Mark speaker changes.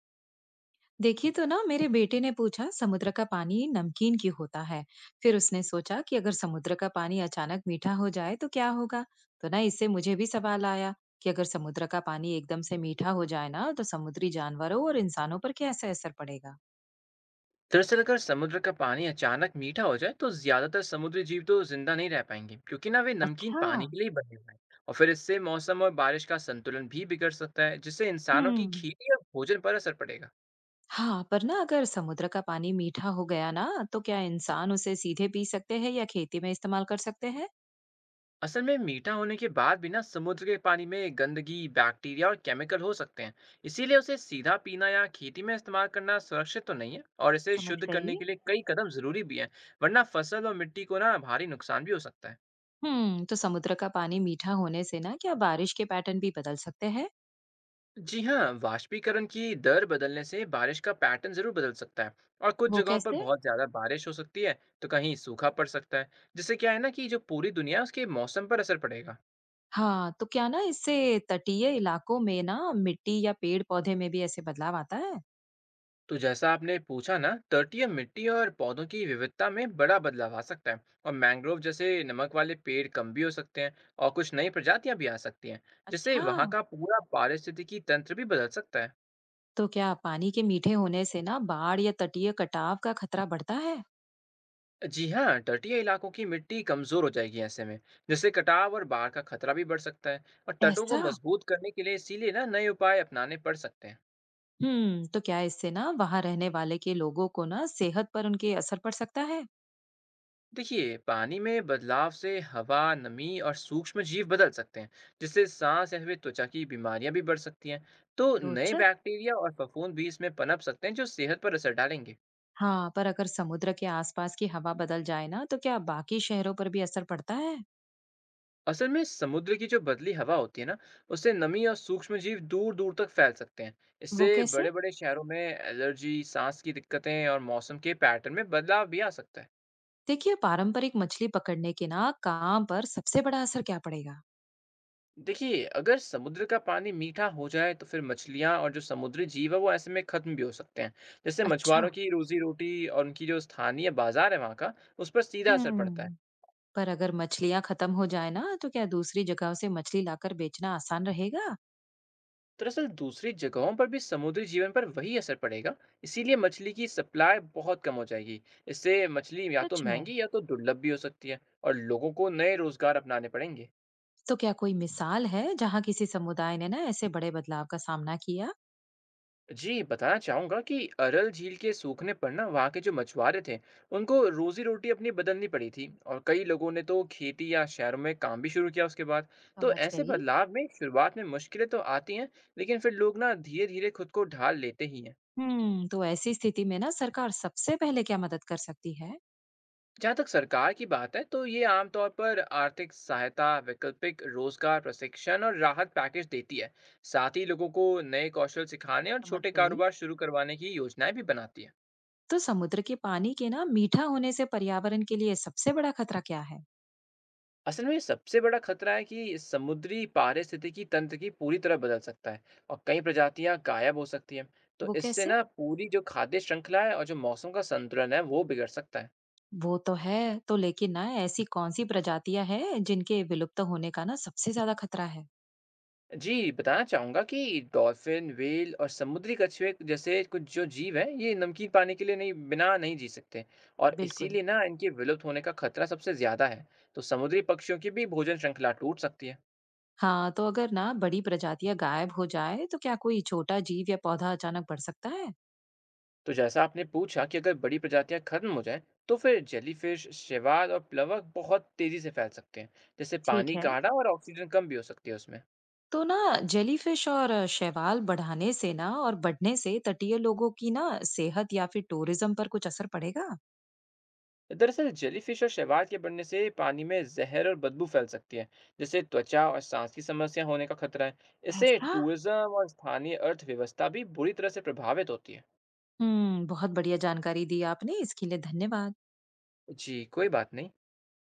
Speaker 1: देखिए तो ना, मेरे बेटे ने पूछा समुद्र का पानी नमकीन क्यों होता है। फिर उसने सोचा कि अगर समुद्र का पानी अचानक मीठा हो जाए तो क्या होगा। तो ना, इससे मुझे भी सवाल आया कि अगर समुद्र का पानी एकदम से मीठा हो जाए ना, तो समुद्री जानवरों और इंसानों पर कैसा असर पड़ेगा।
Speaker 2: दरअसल अगर समुद्र का पानी अचानक मीठा हो जाए तो ज्यादातर समुद्री जीव तो जिंदा नहीं रह पाएंगे, क्योंकि ना वे नमकीन
Speaker 1: अच्छा।
Speaker 2: पानी के लिए ही बने हुए हैं। और फिर इससे मौसम और बारिश का संतुलन भी बिगड़ सकता है, जिससे इंसानों की
Speaker 1: हम्म।
Speaker 2: खेती और भोजन पर असर पड़ेगा।
Speaker 1: हाँ, पर ना, अगर समुद्र का पानी मीठा हो गया ना, तो क्या इंसान उसे सीधे पी सकते हैं या खेती में इस्तेमाल कर सकते हैं।
Speaker 2: असल में मीठा होने के बाद भी ना समुद्र के पानी में गंदगी, बैक्टीरिया और केमिकल हो सकते हैं। इसीलिए उसे सीधा पीना या खेती में इस्तेमाल करना सुरक्षित तो नहीं है, और इसे
Speaker 1: समझ
Speaker 2: शुद्ध
Speaker 1: गई।
Speaker 2: करने के लिए कई कदम जरूरी भी हैं। वरना फसल और मिट्टी को ना भारी नुकसान भी हो सकता है।
Speaker 1: हम्म, तो समुद्र का पानी मीठा होने से ना, क्या बारिश के पैटर्न भी बदल सकते हैं?
Speaker 2: जी हाँ, वाष्पीकरण की दर बदलने से बारिश का पैटर्न जरूर बदल सकता है, और कुछ
Speaker 1: वो
Speaker 2: जगहों पर
Speaker 1: कैसे?
Speaker 2: बहुत ज्यादा बारिश हो सकती है। तो कहीं सूखा पड़ सकता है, जिससे क्या है ना कि जो पूरी दुनिया है, उसके मौसम पर असर पड़ेगा।
Speaker 1: हाँ, तो क्या ना, इससे तटीय इलाकों में ना, मिट्टी या पेड़-पौधे में भी ऐसे बदलाव आता है?
Speaker 2: तो जैसा आपने पूछा ना, तटीय मिट्टी और पौधों की विविधता में बड़ा बदलाव आ सकता है, और मैंग्रोव जैसे नमक वाले पेड़ कम भी हो सकते हैं और कुछ नई प्रजातियां भी आ सकती हैं। जिससे वहाँ
Speaker 1: अच्छा।
Speaker 2: का पूरा पारिस्थितिकी तंत्र भी बदल सकता है।
Speaker 1: तो क्या पानी के मीठे होने से ना, बाढ़ या तटीय कटाव का खतरा बढ़ता है?
Speaker 2: जी हाँ, तटीय इलाकों की मिट्टी कमजोर हो जाएगी ऐसे में, जिससे कटाव और बाढ़ का खतरा भी बढ़ सकता है। और तटों को
Speaker 1: ऐसा?
Speaker 2: मजबूत करने के लिए इसीलिए ना नए उपाय अपनाने पड़ सकते हैं।
Speaker 1: तो क्या इससे ना, वहां रहने वाले के लोगों को ना, सेहत पर उनके असर पड़ सकता है?
Speaker 2: देखिए, पानी में बदलाव से हवा, नमी और सूक्ष्म जीव बदल सकते हैं, जिससे सांस या फिर त्वचा की बीमारियां भी बढ़ सकती हैं। तो नए
Speaker 1: रोचक।
Speaker 2: बैक्टीरिया और फफूंद भी इसमें पनप सकते हैं, जो सेहत पर असर डालेंगे।
Speaker 1: हाँ, पर अगर समुद्र के आसपास की हवा बदल जाए ना, तो क्या बाकी शहरों पर भी असर पड़ता है?
Speaker 2: असल में समुद्र की जो बदली हवा होती है ना, उससे नमी और सूक्ष्म जीव दूर दूर तक फैल सकते हैं।
Speaker 1: वो
Speaker 2: इससे
Speaker 1: कैसे?
Speaker 2: बड़े बड़े शहरों में एलर्जी, सांस की दिक्कतें और मौसम के पैटर्न में बदलाव भी आ सकता है।
Speaker 1: देखिए, पारंपरिक मछली पकड़ने के ना, काम पर सबसे बड़ा असर क्या पड़ेगा?
Speaker 2: देखिए, अगर समुद्र का पानी मीठा हो जाए तो फिर मछलियाँ और जो समुद्री जीव है वो ऐसे में खत्म भी हो सकते हैं। जैसे
Speaker 1: अच्छा।
Speaker 2: मछुआरों की रोजी रोटी और उनकी जो स्थानीय बाजार है वहाँ का, उस पर सीधा असर पड़ता है।
Speaker 1: हम्म। पर अगर मछलियां खत्म हो जाए ना, तो क्या दूसरी जगहों से मछली लाकर बेचना आसान रहेगा?
Speaker 2: दरअसल दूसरी जगहों पर भी समुद्री जीवन पर वही असर पड़ेगा। इसीलिए मछली की सप्लाई बहुत कम हो जाएगी। इससे मछली या तो
Speaker 1: सच में।
Speaker 2: महंगी या तो दुर्लभ भी हो सकती है, और लोगों को नए रोजगार अपनाने पड़ेंगे।
Speaker 1: तो क्या कोई मिसाल है जहां किसी समुदाय ने ना, ऐसे बड़े बदलाव का सामना किया?
Speaker 2: जी, बताना चाहूंगा कि अरल झील के सूखने पर ना वहाँ के जो मछुआरे थे, उनको रोजी रोटी अपनी बदलनी पड़ी थी, और कई लोगों ने तो खेती या शहरों में काम भी शुरू किया उसके बाद। तो
Speaker 1: समझ
Speaker 2: ऐसे
Speaker 1: गई।
Speaker 2: बदलाव में शुरुआत में मुश्किलें तो आती हैं, लेकिन फिर लोग ना धीरे धीरे खुद को ढाल लेते ही हैं।
Speaker 1: हम्म, तो ऐसी स्थिति में ना, सरकार सबसे पहले क्या मदद कर सकती है?
Speaker 2: जहाँ तक सरकार की बात है, तो ये आमतौर पर आर्थिक सहायता, वैकल्पिक रोजगार प्रशिक्षण और राहत पैकेज देती है। साथ ही लोगों को नए कौशल सिखाने और
Speaker 1: समझ
Speaker 2: छोटे
Speaker 1: गई।
Speaker 2: कारोबार शुरू करवाने की योजनाएं भी बनाती है।
Speaker 1: तो समुद्र के पानी के ना, मीठा होने से पर्यावरण के लिए सबसे बड़ा खतरा क्या है?
Speaker 2: असल में सबसे बड़ा खतरा है कि समुद्री पारिस्थितिकी तंत्र की पूरी तरह बदल सकता है, और कई प्रजातियां गायब हो सकती हैं। तो
Speaker 1: वो
Speaker 2: इससे
Speaker 1: कैसे?
Speaker 2: ना पूरी जो खाद्य श्रृंखला है और जो मौसम का संतुलन है, वो बिगड़ सकता है।
Speaker 1: वो तो है। तो लेकिन ना, ऐसी कौन सी प्रजातियां हैं जिनके विलुप्त होने का ना, सबसे ज्यादा खतरा है?
Speaker 2: जी, बताना चाहूँगा कि डॉल्फ़िन, व्हेल और समुद्री कछुए जैसे कुछ जो जीव हैं, ये नमकीन पानी के लिए नहीं, बिना नहीं जी सकते। और
Speaker 1: बिल्कुल।
Speaker 2: इसीलिए ना इनके विलुप्त होने का खतरा सबसे ज़्यादा है। तो समुद्री पक्षियों की भी भोजन श्रृंखला टूट सकती है।
Speaker 1: हाँ, तो अगर ना, बड़ी प्रजातियां गायब हो जाए तो क्या कोई छोटा जीव या पौधा अचानक बढ़ सकता है?
Speaker 2: तो जैसा आपने पूछा कि अगर बड़ी प्रजातियाँ खत्म हो जाएँ, तो फिर जेलीफ़िश, शैवाल और प्लवक बहुत तेज़ी से फैल सकते हैं। जैसे
Speaker 1: ठीक
Speaker 2: पानी
Speaker 1: है।
Speaker 2: गाढ़ा और ऑक्सीजन कम भी हो सकती है उसमें।
Speaker 1: तो ना, जेलीफिश और शैवाल बढ़ाने से ना, और बढ़ने से तटीय लोगों की ना, सेहत या फिर टूरिज्म पर कुछ असर पड़ेगा?
Speaker 2: दरअसल जेलीफिश और शैवाल के बढ़ने से पानी में जहर और बदबू फैल सकती है, जिससे त्वचा और सांस की समस्या होने का खतरा है। इससे
Speaker 1: ऐसा।
Speaker 2: टूरिज्म और स्थानीय अर्थव्यवस्था भी बुरी तरह से प्रभावित होती है।
Speaker 1: हम्म, बहुत बढ़िया जानकारी दी आपने। इसके लिए धन्यवाद।
Speaker 2: जी, कोई बात नहीं।